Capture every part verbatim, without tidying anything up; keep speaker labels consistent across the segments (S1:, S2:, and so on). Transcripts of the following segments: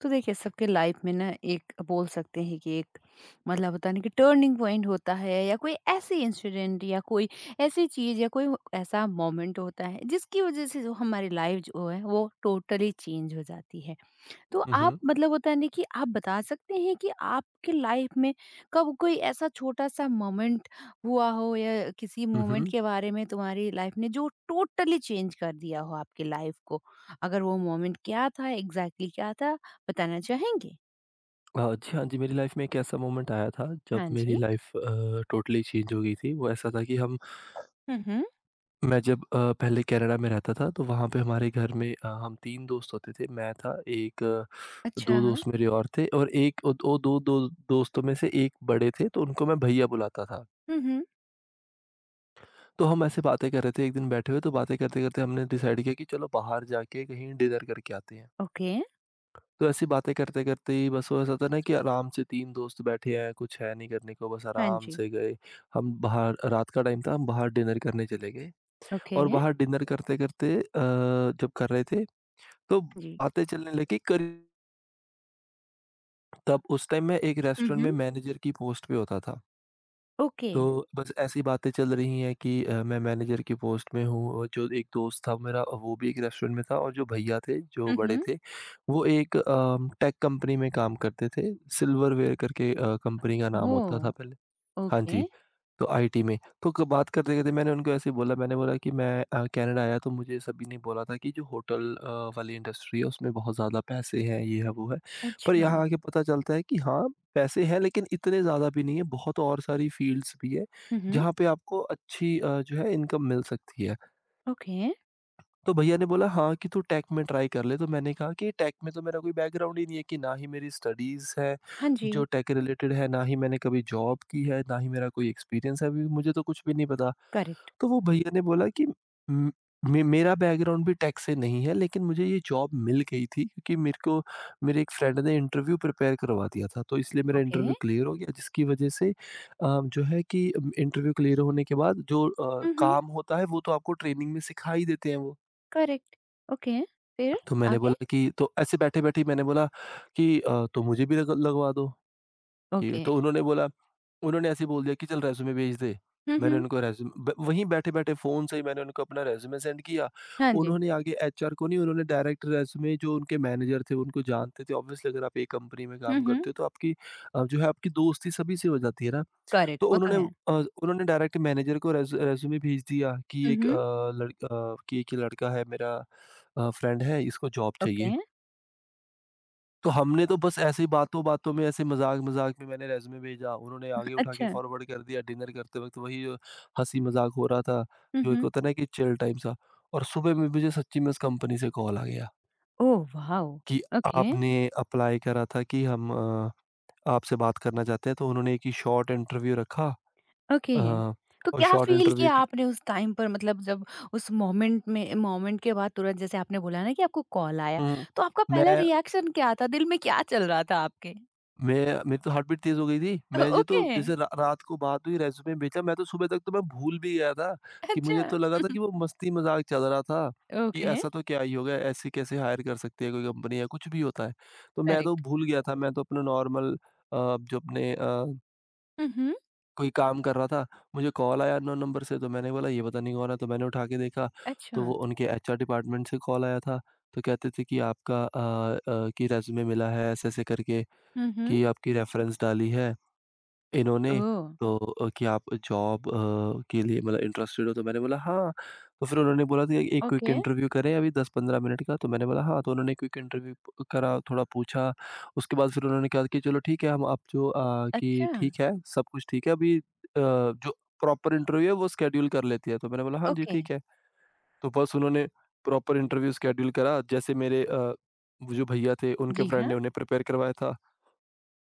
S1: तो देखिए सबके लाइफ में ना एक बोल सकते हैं कि एक मतलब होता नहीं कि टर्निंग पॉइंट होता है या कोई ऐसी इंसिडेंट या कोई ऐसी चीज या कोई ऐसा मोमेंट होता है जिसकी वजह से जो हमारी लाइफ जो है वो टोटली चेंज हो जाती है। तो
S2: हुँ,
S1: आप
S2: हुँ।
S1: मतलब होता है ना कि आप बता सकते हैं कि आपकी लाइफ में कब कोई ऐसा छोटा-सा मोमेंट हुआ हो या किसी
S2: हुँ,
S1: मोमेंट
S2: हुँ।
S1: के बारे में तुम्हारी लाइफ ने जो टोटली चेंज कर दिया हो आपकी लाइफ को? अगर वो मोमेंट क्या था, एग्ज़ैक्टली क्या था, बताना चाहेंगे?
S2: अ, जी, हाँ जी, मेरी लाइफ़ में एक ऐसा मोमेंट आया था जब
S1: हाँ
S2: मेरी
S1: जी।
S2: लाइफ़ अ, टोटली चेंज हो गई थी। वो ऐसा था कि हम
S1: हुँ, हुँ।
S2: मैं जब अ, पहले कनाडा में रहता था तो वहाँ पे हमारे घर में अ, हम तीन दोस्त होते थे। मैं था, एक
S1: अच्छा।
S2: दो दोस्त मेरे और थे और एक ओ ओ 2 दो दोस्तों में से एक बड़े थे तो उनको मैं भैया बुलाता था।
S1: हुँ, हुँ।
S2: तो हम ऐसे बातें कर रहे थे एक दिन बैठे हुए, तो बातें करते-करते हमने डिसाइड किया कि चलो बाहर जाके कहीं डिनर करके आते हैं।
S1: ओके।
S2: तो ऐसी बातें करते-करते ही बस हो जाता है ना कि आराम से तीन दोस्त बैठे हैं, कुछ है नहीं करने को, बस
S1: हाँ
S2: आराम
S1: जी।
S2: से गए। हम बाहर रात का टाइम था, हम बाहर डिनर करने चले गए
S1: ओके।
S2: और बाहर डिनर करते-करते अ, जब कर रहे थे, तो
S1: जी।
S2: बातें चलने लगी। करीब तब उस टाइम मैं एक
S1: हुँ,
S2: रेस्टोरेंट में
S1: हुँ।
S2: मैनेजर की पोस्ट पे होता था।
S1: ओके।
S2: तो बस ऐसी बातें चल रही हैं कि अ, मैं मैनेजर की पोस्ट में हूँ और जो एक दोस्त था मेरा वो भी एक रेस्टोरेंट में था, और जो भैया थे जो
S1: हुँ,
S2: बड़े
S1: हुँ।
S2: थे वो एक टेक कंपनी में काम करते थे। सिल्वरवेयर करके अ, कंपनी का नाम होता था
S1: ओह!
S2: पहले। हाँ
S1: ओके।
S2: जी, तो आईटी में, तो क बात करते-करते मैंने उनको ऐसे बोला, मैंने बोला कि मैं अ, कनाडा आया तो मुझे सभी ने बोला था कि जो होटल अ, वाली इंडस्ट्री है उसमें बहुत ज़्यादा पैसे हैं, ये है, वो है। पर
S1: अच्छा।
S2: यहाँ आके पता चलता है कि हाँ, पैसे हैं लेकिन इतने ज़्यादा भी नहीं है, बहुत और सारी फ़ील्ड्स भी है,
S1: हुँ, हुँ।
S2: जहाँ पे आपको अच्छी अ, जो है इनकम मिल सकती है।
S1: ओके।
S2: तो भैया ने बोला हाँ कि तू टेक में ट्राई कर ले। तो मैंने कहा कि टेक में तो मेरा कोई बैकग्राउंड ही नहीं है, कि ना ही मेरी स्टडीज़ है
S1: हाँ जी।
S2: जो टेक रिलेटेड है, ना ही मैंने कभी जॉब की है, ना ही मेरा कोई एक्सपीरियंस है, अभी मुझे तो कुछ भी नहीं पता।
S1: करेक्ट।
S2: तो वो भैया ने बोला कि "म- मे, मेरा बैकग्राउंड भी टेक से नहीं है, लेकिन मुझे ये जॉब मिल गई थी क्योंकि मेरे को मेरे एक फ्रेंड ने इंटरव्यू प्रिपेयर करवा दिया था, तो इसलिए मेरा
S1: ओके।
S2: इंटरव्यू क्लियर हो गया, जिसकी वजह से अ, जो है कि इंटरव्यू क्लियर होने के बाद जो अ,
S1: हुँ, हुँ।
S2: काम होता है वो तो आपको ट्रेनिंग में सिखा ही देते हैं"। वो
S1: करेक्ट, ओके, फिर
S2: तो मैंने
S1: आगे?
S2: बोला, कि तो ऐसे बैठे-बैठे मैंने बोला कि अ, तो मुझे भी लग लगवा दो। कि
S1: ओके,
S2: तो उन्होंने बोला उन्होंने ऐसे ही बोल दिया कि चल रेज़्यूमे भेज दे।
S1: हुँ,
S2: मैंने
S1: हुँ,
S2: उनको रेज़्यूमे, ब वहीं बैठे-बैठे फ़ोन से ही मैंने उनको अपना रेज़्यूमे सेंड किया।
S1: हाँ जी,
S2: उन्होंने आगे एचआर को नहीं, उन्होंने डायरेक्ट रेज़्यूमे जो उनके मैनेजर थे उनको जानते थे, ऑब्वियसली अगर आप एक कंपनी में
S1: हुँ,
S2: काम
S1: हुँ,
S2: करते हो तो आपकी अ, जो है आपकी दोस्ती सभी से हो जाती है ना।
S1: करेक्ट
S2: तो
S1: वो तो
S2: उन्होंने
S1: है।
S2: अ, उन्होंने डायरेक्ट मैनेजर को रेज़ रेज़्यूमे भेज दिया कि
S1: हुँ,
S2: एक अ,
S1: हुँ,
S2: लड़ अ, कि एक ये लड़का है मेरा अ, फ्रेंड है, इसको जॉब चाहिए।
S1: ओके,
S2: तो हमने तो बस ऐसे ही बातों-बातों में, ऐसे मज़ाक-मज़ाक में मैंने रिज़्यूमे भेजा, उन्होंने आगे उठा के
S1: अच्छा,
S2: फॉरवर्ड कर दिया। डिनर करते वक़्त वही अ, हँसी-मज़ाक हो रहा था,
S1: हुँ,
S2: जो एक
S1: हुँ,
S2: होता है ना कि चिल टाइम सा। और सुबह में मुझे सच्ची में उस कंपनी से कॉल आ गया
S1: ओह वाओ!
S2: कि
S1: ओके,
S2: आपने अप्लाई करा था, कि हम अ, आपसे बात करना चाहते हैं। तो उन्होंने एक ही शॉर्ट इंटरव्यू रखा।
S1: ओके।
S2: अ,
S1: तो
S2: और
S1: क्या
S2: शॉर्ट
S1: फ़ील
S2: इंटरव्यू
S1: किया
S2: के
S1: आपने उस टाइम पर मतलब जब उस मोमेंट में मोमेंट के बाद तुरंत जैसे आपने बोला ना कि आपको कॉल आया,
S2: हुँ।
S1: तो आपका पहला
S2: मैं
S1: रिएक्शन क्या था? दिल में क्या चल रहा था आपके?
S2: मैं मेरी तो हार्ट बीट तेज़ हो गई थी।
S1: ओ
S2: मैं ये तो,
S1: ओके,
S2: जैसे रा रात को बात हुई रेज़्यूमे भेजा, मैं तो सुबह तक तो मैं भूल भी गया था। कि मुझे
S1: अच्छा,
S2: तो लगा था कि वो मस्ती-मज़ाक चल रहा था, कि
S1: ओके,
S2: ऐसा तो क्या ही हो गया, ऐसे कैसे हायर कर सकती है कोई कंपनी या कुछ भी होता है। तो मैं तो
S1: करेक्ट,
S2: भूल गया था, मैं तो अपना नॉर्मल अ, जो अपने अ,
S1: हुँ, हुँ,
S2: कोई काम कर रहा था। मुझे कॉल आया अननोन नंबर से, तो मैंने बोला ये पता नहीं कौन है, तो मैंने उठा के देखा,
S1: अच्छा,
S2: तो वो उनके एचआर डिपार्टमेंट से कॉल आया था। तो कहते थे कि आपका अ अ, कि रेज़्यूमे मिला है ऐसे-ऐसे करके,
S1: हुँ, हुँ,
S2: कि आपकी रेफ़रेंस डाली है। इन्होंने,
S1: ओह!
S2: तो अ, क्या आप जॉब अ, के लिए मतलब इंटरेस्टेड हो? तो मैंने बोला हाँ। तो फिर उन्होंने बोला कि एक क्विक
S1: ओके,
S2: इंटरव्यू करें अभी दस पंद्रह मिनट का। तो मैंने बोला हाँ, तो उन्होंने क्विक इंटरव्यू प करा, थोड़ा पूछा। उसके बाद फिर उन्होंने कहा कि चलो ठीक है, हम आप जो अ,
S1: अच्छा,
S2: कि ठीक है, सब कुछ ठीक है, अभी अ, जो प्रॉपर इंटरव्यू है वो शेड्यूल कर लेती है। तो मैंने बोला हाँ जी,
S1: ओके।
S2: ठीक है। तो बस उन्होंने प्रॉपर इंटरव्यू शेड्यूल करा। जैसे मेरे अ, वो जो भैया थे उनके
S1: जी
S2: फ्रेंड
S1: हाँ।
S2: ने उन्हें प्रिपेयर करवाया था,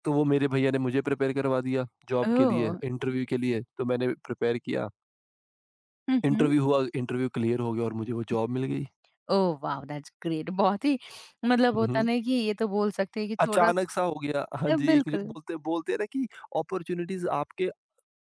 S2: तो वो मेरे भैया ने मुझे प्रिपेयर करवा दिया जॉब के लिए,
S1: ओह!
S2: इंटरव्यू के लिए, तो मैंने प्रिपेयर किया।
S1: हुँ, हुँ।
S2: इंटरव्यू हुआ, इंटरव्यू क्लियर हो गया और मुझे वो जॉब मिल गई।
S1: ओह वाव! दैट्स ग्रेट बहुत ही मतलब
S2: हुँ,
S1: होता
S2: हुँ।
S1: ना कि ये तो बोल सकते हैं कि
S2: अचानक सा
S1: छोटा-सा
S2: हो गया हाँ
S1: अ,
S2: जी, एक जो
S1: बिल्कुल।
S2: बोलते बोलते हैं ना कि अपॉर्च्युनिटीज़ आपके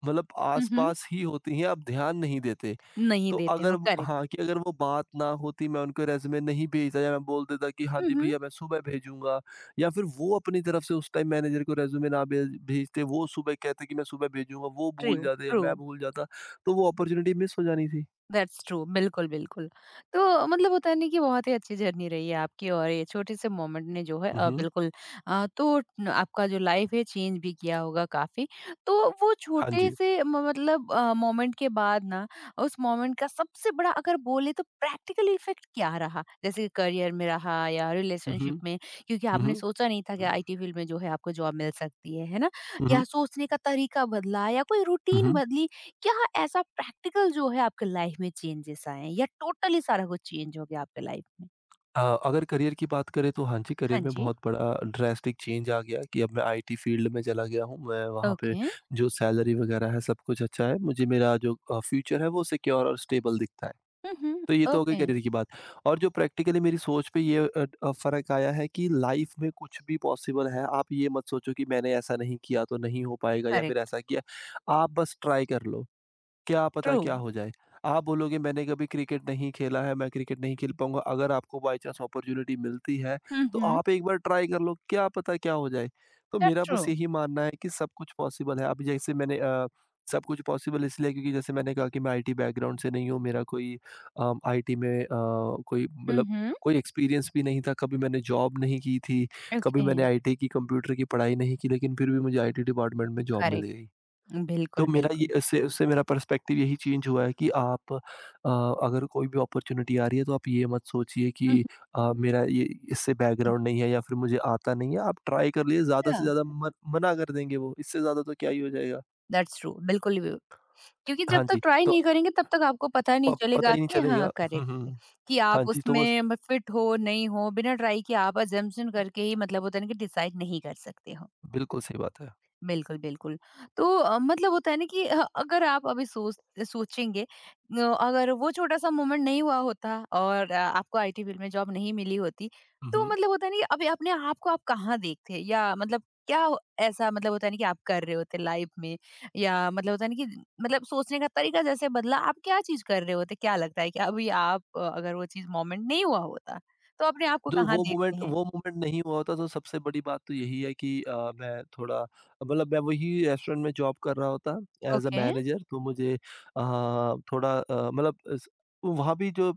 S2: मतलब
S1: हुँ, हुँ।
S2: आस-पास ही होती हैं, आप ध्यान नहीं देते।
S1: नहीं
S2: तो
S1: देते
S2: अगर
S1: हो
S2: वो,
S1: करेक्ट।
S2: हाँ, कि अगर वो बात ना होती मैं उनको रेज़्यूमे नहीं भेजता या मैं बोल देता कि हाँ
S1: हुँ,
S2: जी,
S1: हुँ।
S2: भैया मैं सुबह भेजूँगा, या फिर वो अपनी तरफ से उस टाइम मैनेजर को रेज़्यूमे ना भेज भेजते, वो सुबह कहते कि मैं सुबह भेजूँगा, वो
S1: ट्रू,
S2: भूल जाते या
S1: ट्रू।
S2: मैं भूल जाता, तो वो अपॉर्च्युनिटी मिस हो जानी थी।
S1: दैट्स ट्रू बिल्कुल, बिल्कुल। तो मतलब होता है ना कि बहुत ही अच्छी जर्नी रही है आपकी और ये छोटे-से मोमेंट ने जो है
S2: हुँ,
S1: अ,
S2: हुँ।
S1: बिल्कुल अ, तो न आपका जो लाइफ है चेंज भी किया होगा काफ़ी। तो वो
S2: हाँ जी।
S1: छोटे-से म मतलब अ, मोमेंट के बाद ना उस मोमेंट का सबसे बड़ा अगर बोले तो प्रैक्टिकल इफ़ेक्ट क्या रहा? जैसे करियर में रहा या
S2: हुँ, हुँ।
S1: रिलेशनशिप में क्योंकि
S2: हुँ,
S1: आपने
S2: हुँ।
S1: सोचा नहीं था कि
S2: हुँ,
S1: आईटी फ़ील्ड में जो है आपको जॉब मिल सकती है, है ना? या
S2: हुँ।
S1: सोचने का तरीका बदला या कोई
S2: हुँ,
S1: रूटीन
S2: हुँ।
S1: बदली क्या ऐसा प्रैक्टिकल जो है आपके लाइफ में चेंजेस आए हैं या टोटली सारा कुछ चेंज हो गया आपके लाइफ में?
S2: अ, अगर करियर की बात करें तो हाँ जी,
S1: हाँ
S2: करियर में
S1: जी,
S2: बहुत बड़ा ड्रास्टिक चेंज आ गया, कि अब मैं आईटी फील्ड में चला गया हूँ। मैं वहाँ पे
S1: ओके।
S2: जो सैलरी वगैरह है सब कुछ अच्छा है। मुझे मेरा जो अ, फ्यूचर है वो सिक्योर और स्टेबल दिखता है।
S1: हुँ, हुँ,
S2: तो ये तो हो गई
S1: ओके,
S2: करियर की बात। और जो प्रैक्टिकली मेरी सोच पे ये अ, अ, फ़र्क आया है कि लाइफ़ में कुछ भी पॉसिबल है। आप ये मत सोचो कि मैंने ऐसा नहीं किया तो नहीं हो पाएगा या फिर
S1: करेक्ट,
S2: ऐसा किया। आप बस ट्राई कर लो। क्या पता
S1: ट्रू।
S2: क्या हो जाए? आप बोलोगे मैंने कभी क्रिकेट नहीं खेला है, मैं क्रिकेट नहीं खेल पाऊँगा, अगर आपको बाय चांस अपॉर्च्युनिटी मिलती है,
S1: हुँ,
S2: तो
S1: हुँ,
S2: आप एक बार ट्राई कर लो, क्या पता क्या हो जाए? तो
S1: दैट्स
S2: मेरा
S1: ट्रू।
S2: बस यही मानना है कि सब कुछ पॉसिबल है। अब जैसे मैंने अ, सब कुछ पॉसिबल इसलिए क्योंकि जैसे मैंने कहा कि मैं आईटी बैकग्राउंड से नहीं हूँ, मेरा कोई अम, आईटी में अ, कोई
S1: हुँ,
S2: मतलब
S1: हुँ,
S2: कोई एक्सपीरियंस भी नहीं था, कभी मैंने जॉब नहीं की थी, कभी
S1: ओके,
S2: मैंने आईटी की कंप्यूटर की पढ़ाई नहीं की, लेकिन फिर भी मुझे आईटी डिपार्टमेंट में जॉब मिल
S1: करेक्ट,
S2: गई। तो
S1: बिल्कुल,
S2: मेरा ये
S1: बिल्कुल।
S2: इससे उससे मेरा पर्सपेक्टिव यही चेंज हुआ है कि आप अ, अगर कोई भी अपॉर्चुनिटी आ रही है तो आप ये मत सोचिए
S1: हुँ, हुँ,
S2: कि अ, मेरा ये इससे बैकग्राउंड नहीं है या फिर मुझे आता नहीं है, आप ट्राई कर लिए ज़्यादा से
S1: अच्छा,
S2: ज़्यादा मन- मना कर देंगे, वो इससे ज़्यादा तो क्या ही हो जाएगा।
S1: दैट्स ट्रू, बिल्कुल भी क्योंकि जब
S2: हाँ
S1: तक
S2: जी,
S1: ट्राई
S2: तो
S1: नहीं करेंगे तब तक आपको पता नहीं
S2: प- पता
S1: चलेगा
S2: ही नहीं
S1: कि हाँ,
S2: चलेगा। हम्म,
S1: करेक्ट,
S2: हम्म।
S1: कि
S2: हाँ
S1: आप
S2: जी, तो बस,
S1: उसमें म फिट हो, नहीं हो, बिना ट्राई किए आप अजम्पशन करके ही मतलब होता है ना कि डिसाइड नहीं कर सकते हो।
S2: बिल्कुल सही बात है।
S1: बिल्कुल, बिल्कुल। तो अ, मतलब होता है ना कि अ, अगर आप अभी सोच सोचेंगे अ, अगर वो छोटा-सा मोमेंट नहीं हुआ होता और अ, आपको आईटी फील्ड में जॉब नहीं मिली होती,
S2: हम्म,
S1: तो
S2: हम्म।
S1: मतलब होता है ना कि अभी अपने आप को आप कहाँ देखते हैं? या मतलब क्या हो- ऐसा मतलब होता है ना कि आप कर रहे होते लाइफ में? या मतलब होता है ना कि मतलब सोचने का तरीका जैसे बदला, आप क्या चीज़ कर रहे होते? क्या लगता है कि अभी आप अ, अगर वो चीज़ मोमेंट नहीं हुआ होता, तो अपने आप को
S2: तो
S1: कहाँ
S2: वो
S1: देखते
S2: मोमेंट,
S1: हैं?
S2: वो मोमेंट नहीं हुआ होता तो सबसे बड़ी बात तो यही है कि अ, मैं थोड़ा, मतलब मैं वही रेस्टोरेंट में जॉब कर रहा होता एज अ
S1: ओके,
S2: मैनेजर, तो मुझे अ, थोड़ा अ, मतलब इस- वहाँ भी जो अ,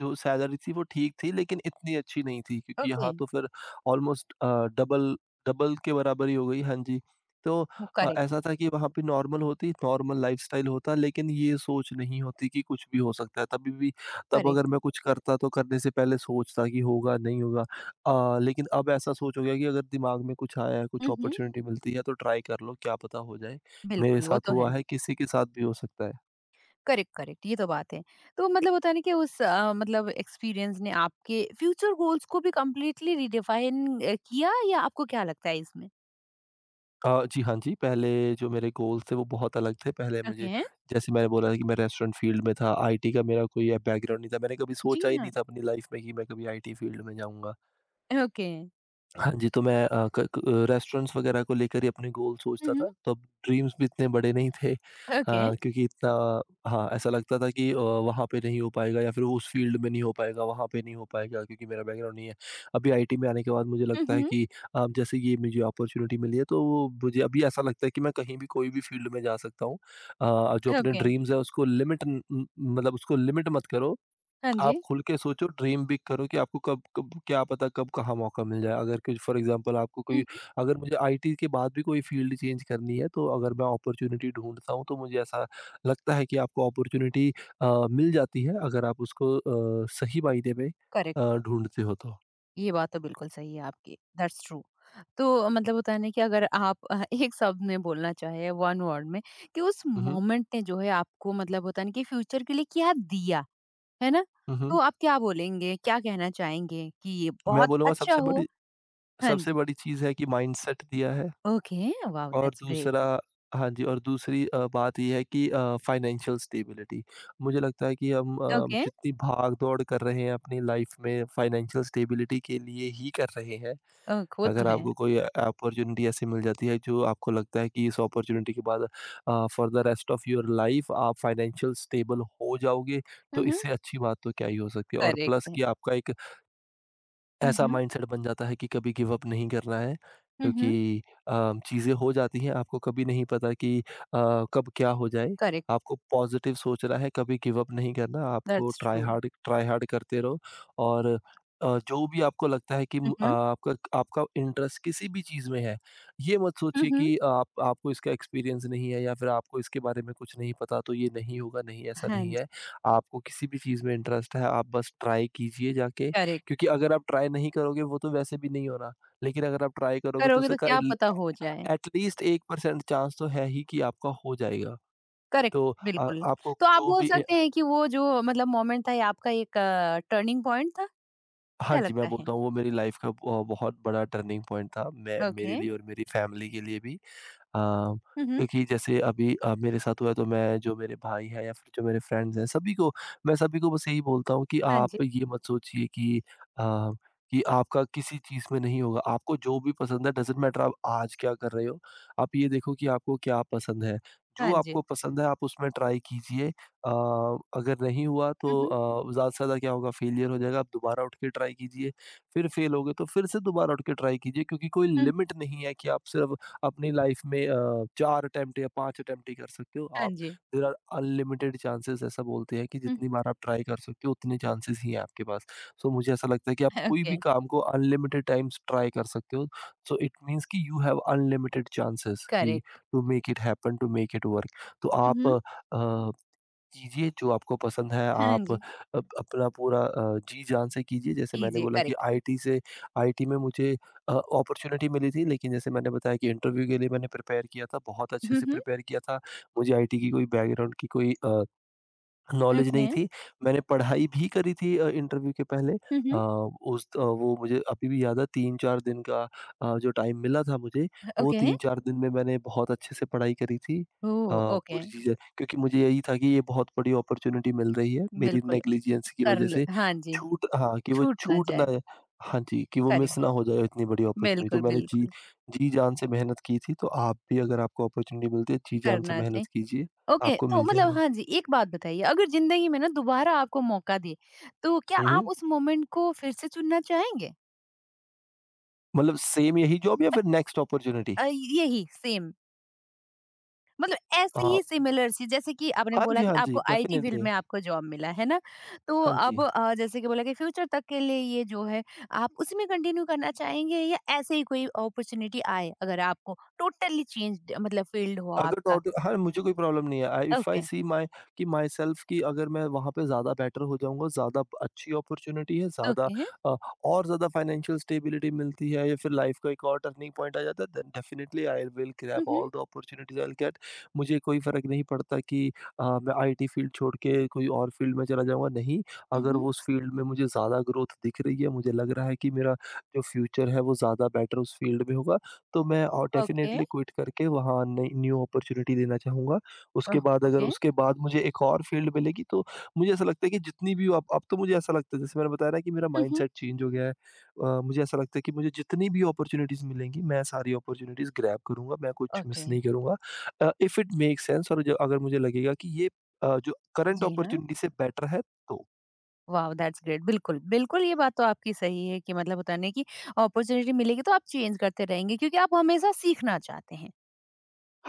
S2: जो सैलरी थी वो ठीक थी लेकिन इतनी अच्छी नहीं थी, क्योंकि
S1: ओके।
S2: यहाँ तो फिर ऑलमोस्ट डबल डबल के बराबर ही हो गई, हाँ जी। तो अ,
S1: करेक्ट,
S2: ऐसा था कि वहाँ पे नॉर्मल होती नॉर्मल लाइफस्टाइल होता, लेकिन ये सोच नहीं होती कि कुछ भी हो सकता है, तभी भी तब
S1: करेक्ट।
S2: अगर मैं कुछ करता तो करने से पहले सोचता कि होगा, नहीं होगा। अ, लेकिन अब ऐसा सोच हो गया कि अगर दिमाग में कुछ आया है, कुछ
S1: हुँ, हुँ।
S2: अपॉर्च्युनिटी मिलती है तो ट्राई कर लो, क्या पता हो जाए। मेरे
S1: बिल्कुल, वो
S2: साथ
S1: तो
S2: हुआ
S1: है।
S2: है, किसी के साथ भी हो सकता है।
S1: करेक्ट, करेक्ट, ये तो बात है। तो मतलब होता है ना कि उस अ, मतलब एक्सपीरियंस ने आपके फ्यूचर गोल्स को भी कंप्लीटली रिडिफाइन अ, किया या आपको क्या लगता है इसमें?
S2: अ, जी, हाँ जी, पहले जो मेरे गोल्स थे वो बहुत अलग थे। पहले मुझे,
S1: ओके,
S2: जैसे मैंने बोला था कि मैं रेस्टोरेंट फील्ड में था, आईटी का मेरा कोई बैकग्राउंड नहीं था। मैंने कभी
S1: जी
S2: सोचा ही
S1: हाँ।
S2: नहीं था अपनी लाइफ़ में कि मैं कभी आईटी फील्ड में जाऊँगा।
S1: ओके।
S2: हाँ जी, तो मैं अ, क क रेस्टोरेंट्स वगैरह को लेकर ही अपने गोल
S1: हुँ,
S2: सोचता
S1: हुँ।
S2: था, तब ड्रीम्स भी इतने बड़े नहीं थे, अ,
S1: ओके।
S2: क्योंकि इतना, हाँ, ऐसा लगता था कि अ, वहाँ पे नहीं हो पाएगा, या फिर उस फील्ड में नहीं हो पाएगा, वहाँ पे नहीं हो पाएगा क्योंकि मेरा बैकग्राउंड नहीं है। अभी आईटी में आने के बाद मुझे
S1: हुँ,
S2: लगता है
S1: हुँ।
S2: कि अ, जैसे ये मुझे अपॉर्च्युनिटी मिली है, तो वो मुझे अभी ऐसा लगता है कि मैं कहीं भी कोई भी फील्ड में जा सकता हूँ। अ, जो अपने
S1: ओके।
S2: ड्रीम्स हैं उसको लिमिट न न मतलब उसको लिमिट मत करो।
S1: हाँ
S2: आप
S1: जी।
S2: खुल के सोचो, ड्रीम बिग करो कि आपको कब कब क्या पता कब कहाँ मौका मिल जाए। अगर कुछ फॉर एग्ज़ाम्पल आपको
S1: हुँ,
S2: कोई,
S1: हुँ।
S2: अगर मुझे आईटी के बाद भी कोई फ़ील्ड चेंज करनी है, तो अगर मैं अपॉर्च्युनिटी ढूँढता हूँ, तो मुझे ऐसा लगता है कि आपको अपॉर्च्युनिटी अ, मिल जाती है अगर आप उसको अ, सही मायने में
S1: करेक्ट,
S2: अ, ढूँढते हो तो।
S1: ये बात तो बिल्कुल सही है आपकी, दैट्स ट्रू। तो मतलब होता है ना कि अगर आप अ, एक शब्द में बोलना चाहें, वन वर्ड में कि उस
S2: हुँ, हुँ।
S1: मोमेंट ने जो है आपको मतलब होता है ना कि फ्यूचर के लिए क्या दिया? है ना?
S2: हुँ, हुँ।
S1: तो आप क्या बोलेंगे, क्या कहना चाहेंगे कि ये
S2: मैं
S1: बहुत
S2: बोलूँगा
S1: अच्छा
S2: सबसे
S1: हुआ?
S2: बड़ी,
S1: हाँ
S2: सबसे
S1: जी।
S2: बड़ी चीज़ है कि माइंडसेट दिया है।
S1: ओके, वाओ
S2: और
S1: दैट्स ग्रेट।
S2: दूसरा, हाँ जी, और दूसरी अ, बात ये है कि अ, फाइनेंशियल स्टेबिलिटी। मुझे लगता है कि हम अ,
S1: ओके,
S2: जितनी भाग-दौड़ कर रहे हैं अपनी लाइफ में फाइनेंशियल स्टेबिलिटी के लिए ही कर रहे हैं।
S1: ओक वो तो
S2: अगर
S1: है।
S2: आपको कोई अपॉर्च्युनिटी ऐसी मिल जाती है जो आपको लगता है कि इस अपॉर्च्युनिटी के बाद अ, for the rest of your life आप फाइनेंशियल स्टेबल हो जाओगे,
S1: हुँ,
S2: तो
S1: हुँ,
S2: इससे अच्छी बात तो क्या ही हो सकती है। और प्लस
S1: करेक्ट है।
S2: कि आपका एक
S1: हुँ,
S2: ऐसा
S1: हुँ,
S2: माइंडसेट बन जाता है कि कभी गिव अप नहीं करना है
S1: हुँ, हुँ,
S2: क्योंकि अ, चीज़ें हो जाती हैं, आपको कभी नहीं पता कि अ, कब क्या हो जाए।
S1: करेक्ट,
S2: आपको पॉज़िटिव सोचना है, कभी गिव अप नहीं करना, आपको
S1: that's
S2: try
S1: true.
S2: Hard, try hard करते रहो। और अ, जो भी आपको लगता है कि
S1: हुँ,
S2: म अ,
S1: हुँ,
S2: आपका, आपका इंटरेस्ट किसी भी चीज़ में है, ये मत
S1: हुँ,
S2: सोचिए
S1: हुँ,
S2: कि आप, आपको इसका एक्सपीरियंस नहीं है या फिर आपको इसके बारे में कुछ नहीं पता तो ये नहीं होगा, नहीं ऐसा
S1: हाँ
S2: नहीं
S1: जी,
S2: है। आपको किसी भी चीज़ में इंटरेस्ट है, आप बस ट्राई कीजिए जाके,
S1: करेक्ट।
S2: क्योंकि अगर आप ट्राई नहीं करोगे वो तो वैसे भी नहीं हो रहा, लेकिन अगर आप ट्राई करोगे तो
S1: करोगे तो
S2: उसका
S1: क्या
S2: एल
S1: पता हो जाए।
S2: At least one percent chance तो है ही कि आपका हो जाएगा।
S1: करेक्ट,
S2: तो अ,
S1: बिल्कुल।
S2: आपको
S1: तो आप
S2: जो
S1: बोल
S2: भी ए
S1: सकते हैं कि वो जो मतलब मोमेंट था ये आपका एक अ, टर्निंग पॉइंट था?
S2: हाँ
S1: क्या
S2: जी, मैं
S1: लगता है?
S2: बोलता हूँ वो मेरी लाइफ़ का ब बहुत बड़ा टर्निंग पॉइंट था। मैं,
S1: ओके।
S2: मेरे लिए और मेरी फैमिली के लिए भी। अ,
S1: हुँ, हुँ,
S2: क्योंकि जैसे अभी अ, मेरे साथ हुआ है तो मैं, जो मेरे भाई हैं या फिर जो मेरे फ्रेंड्स हैं सभी को, मैं सभी को बस यही बोलता हूँ कि
S1: हाँ जी,
S2: आप ये मत सोचिए कि अ, कि आपका किसी चीज़ में नहीं होगा। आपको जो भी पसंद है, डज़न्ट मैटर आप आज क्या कर रहे हो। आप ये देखो कि आपको क्या पसंद है। जो
S1: हाँ जी।
S2: आपको पसंद है आप उसमें ट्राई कीजिए। अ, अगर नहीं हुआ तो
S1: हुँ, हुँ,
S2: अ, ज़्यादा से ज़्यादा क्या होगा, फेलियर हो जाएगा। आप दोबारा उठ के ट्राई कीजिए। फिर फेल हो गए तो फिर से दोबारा उठ के ट्राई कीजिए, क्योंकि कोई
S1: हुँ,
S2: लिमिट नहीं है कि आप सिर्फ़ अपनी लाइफ में अ, चार अटेम्प्ट या पाँच अटेम्प्ट ही कर सकते हो
S1: हाँ
S2: आप।
S1: जी।
S2: देयर आर अनलिमिटेड चांसेस, ऐसा बोलते हैं कि
S1: हुँ,
S2: जितनी बार आप ट्राई कर सकते हो उतने चांसेस ही हैं आपके पास। सो so, मुझे ऐसा लगता है कि आप कोई
S1: ओके,
S2: भी काम को अनलिमिटेड टाइम्स ट्राई कर सकते हो। सो इट मीन्स कि यू हैव अनलिमिटेड चांसेस कि
S1: correct.
S2: To make it happen, to make it work. तो
S1: हुँ,
S2: आप
S1: हुँ।
S2: अ कीजिए जो आपको पसंद है,
S1: हाँ
S2: आप
S1: जी,
S2: अप अपना पूरा अ, जी-जान से कीजिए। जैसे मैंने
S1: कीजिए
S2: बोला कि
S1: करेक्ट।
S2: आईटी से, आईटी में मुझे अ, अपॉर्च्युनिटी मिली थी, लेकिन जैसे मैंने बताया कि इंटरव्यू के लिए मैंने प्रिपेयर किया था, बहुत अच्छे
S1: हुँ,
S2: से
S1: हुँ,
S2: प्रिपेयर किया था। मुझे आईटी की कोई बैकग्राउंड की कोई अ नॉलेज
S1: ओके।
S2: नहीं थी। मैंने पढ़ाई भी करी थी अ, इंटरव्यू के पहले
S1: हुँ,
S2: अ,
S1: हुँ,
S2: उस अ, वो मुझे अभी भी याद है तीन चार दिन का, अ, जो टाइम मिला था मुझे, वो
S1: ओके।
S2: तीन चार दिन में मैंने बहुत अच्छे से पढ़ाई करी थी। अ,
S1: ओह! ओके,
S2: पूरी चीज़ें, क्योंकि मुझे यही था कि ये बहुत बड़ी अपॉर्च्युनिटी मिल रही है, मेरी
S1: बिल्कुल
S2: नेग्लिजेंस की
S1: कर
S2: वज़ह
S1: ले
S2: से
S1: हाँ जी,
S2: छूट हाँ, कि वो
S1: छूट ना
S2: छूट
S1: जाए,
S2: ना हाँ जी, कि वो
S1: करेक्ट।
S2: मिस ना हो जाए इतनी बड़ी अपॉर्च्युनिटी। तो
S1: बिल्कुल,
S2: मैंने जी
S1: बिल्कुल,
S2: जी-जान से मेहनत की थी, तो आप भी अगर आपको अपॉर्च्युनिटी मिलती है, जी-जान से
S1: करना चाहिए।
S2: मेहनत कीजिए,
S1: ओके,
S2: आपको
S1: तो
S2: मिल
S1: मतलब
S2: जाएगा।
S1: हाँ जी, एक बात बताइए अगर ज़िंदगी में ना दोबारा आपको मौका दें, तो क्या
S2: हुँ,
S1: आप
S2: हुँ।
S1: उस मोमेंट को फिर से चुनना चाहेंगे?
S2: मतलब सेम यही जॉब या फिर नेक्स्ट अपॉर्च्युनिटी?
S1: अ, यही सेम। मतलब ऐसी
S2: अ,
S1: ही सिमिलर सी जैसे कि आपने
S2: हाँ
S1: बोला
S2: जी,
S1: कि
S2: हाँ जी,
S1: आपको आईटी फील्ड
S2: डेफ़िनेटली।
S1: में आपको जॉब मिला है ना तो
S2: हाँ जी।
S1: अब अ, जैसे कि बोला कि फ्यूचर तक के लिए ये जो है आप उसी में कंटिन्यू करना चाहेंगे या ऐसे ही कोई अपॉर्चुनिटी आए अगर आपको टोटली चेंज मतलब फील्ड हो
S2: अगर
S1: आपका।
S2: टॉट हाँ, मुझे कोई प्रॉब्लम नहीं है। I if
S1: okay.
S2: I see my कि मायसेल्फ कि अगर मैं वहाँ पे ज़्यादा बेटर हो जाऊँगा, ज़्यादा अच्छी अपॉर्च्युनिटी है, ज़्यादा
S1: ओके।
S2: अ, और ज़्यादा फाइनेंशियल स्टेबिलिटी मिलती है या फिर लाइफ का एक और टर्निंग पॉइंट आ जाता है, then definitely I will grab
S1: hmm.
S2: All the opportunities I will get. मुझे कोई फ़र्क नहीं पड़ता कि अ, मैं आईटी फील्ड छोड़ के कोई और फील्ड में चला जाऊँगा, नहीं। अगर
S1: हम्म।
S2: वो उस फील्ड में मुझे ज़्यादा ग्रोथ दिख रही है, मुझे लग रहा है कि मेरा, जो फ्यूचर है वो ज़्यादा बेटर उस फील्ड में होगा, तो मैं और
S1: ओके।
S2: डेफ़िनेटली क्विट करके वहाँ नई न्यू अपॉर्च्युनिटी देना चाहूँगा।
S1: ओह,
S2: उसके बाद अगर,
S1: ओके।
S2: उसके बाद मुझे एक और फ़ील्ड मिलेगी तो, मुझे ऐसा लगता है कि जितनी भी अब अब तो मुझे ऐसा लगता है, जैसे मैंने बताया ना कि मेरा
S1: हम्म।
S2: माइंडसेट चेंज हो गया है। अ, मुझे ऐसा लगता है कि मुझे जितनी भी अपॉर्च्युनिटीज़ मिलेंगी, मैं सारी अपॉर्च्युनिटीज़ ग्रैब करूँगा, मैं कुछ मिस
S1: ओके।
S2: नहीं करूँगा। Uh, if it makes sense, और ज अगर मुझे लगेगा कि ये अ, जो करंट
S1: जी हाँ।
S2: अपॉर्च्युनिटी से बेटर है तो।
S1: वाह दैट्स ग्रेट बिल्कुल बिल्कुल ये बात तो आपकी सही है कि मतलब होता नहीं कि अपॉर्चुनिटी मिलेगी तो आप चेंज करते रहेंगे क्योंकि आप हमेशा सीखना चाहते हैं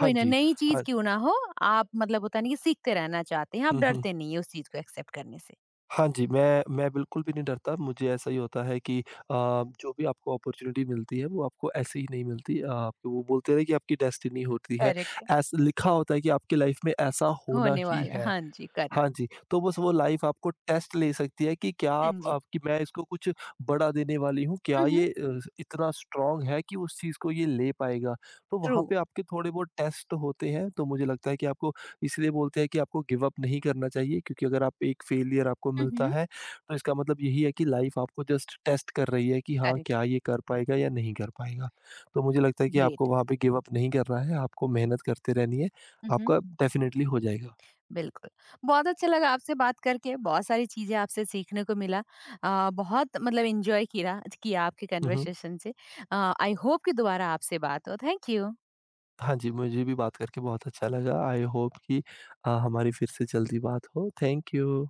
S2: हाँ
S1: ना,
S2: जी।
S1: नई चीज़
S2: हाँ।
S1: क्यों ना हो, आप मतलब होता नहीं कि सीखते रहना चाहते हैं, आप
S2: हुँ, हुँ।
S1: डरते नहीं है उस चीज़ को एक्सेप्ट करने से।
S2: हाँ जी, मैं मैं बिल्कुल भी नहीं डरता। मुझे ऐसा ही होता है कि अ, जो भी आपको अपॉर्च्युनिटी मिलती है, वो आपको ऐसे ही नहीं मिलती। अ, आपको वो बोलते हैं ना कि आपकी डेस्टिनी होती है।
S1: करेक्ट।
S2: ऐस लिखा होता है कि आपकी लाइफ़ में ऐसा होना
S1: होने
S2: ही
S1: वाला है।
S2: है।
S1: हाँ जी, करेक्ट।
S2: हाँ जी, तो बस वो लाइफ़ आपको टेस्ट ले सकती है कि क्या आप,
S1: हाँ जी।
S2: आपकी, मैं इसको कुछ बड़ा देने वाली हूँ,
S1: हुँ,
S2: क्या
S1: हुँ।
S2: ये अ, इतना स्ट्रॉन्ग है कि उस चीज़ को ये ले पाएगा? तो
S1: ट्रू।
S2: वहाँ पे आपके थोड़े बहुत टेस्ट होते हैं, तो मुझे लगता है कि आपको, इसलिए बोलते हैं कि आपको गिव अप नहीं करना चाहिए, क्योंकि अगर आप एक फेलियर आपको
S1: हुँ,
S2: मिलता
S1: हुँ।
S2: है, तो इसका मतलब यही है कि लाइफ़ आपको जस्ट टेस्ट कर रही है कि हाँ,
S1: करेक्ट,
S2: क्या ये कर पाएगा या नहीं कर पाएगा? तो मुझे लगता है कि आपको
S1: ग्रेट।
S2: वहाँ पे गिव अप नहीं करना है, आपको मेहनत करते रहनी है,
S1: हुँ, हुँ।
S2: आपका डेफ़िनेटली हो जाएगा।
S1: बिल्कुल। बहुत अच्छा लगा आपसे बात करके, बहुत सारी चीज़ें आपसे सीखने को मिला। अ, बहुत मतलब एन्जॉय किया किया आपके
S2: हुँ, हुँ।
S1: कन्वर्सेशन से। अ, आई होप कि दोबारा आपसे बात हो। Thank you.
S2: हाँ जी, मुझे भी बात करके बहुत अच्छा लगा। आई होप कि अ, हमारी फिर से जल्दी बात हो। Thank you.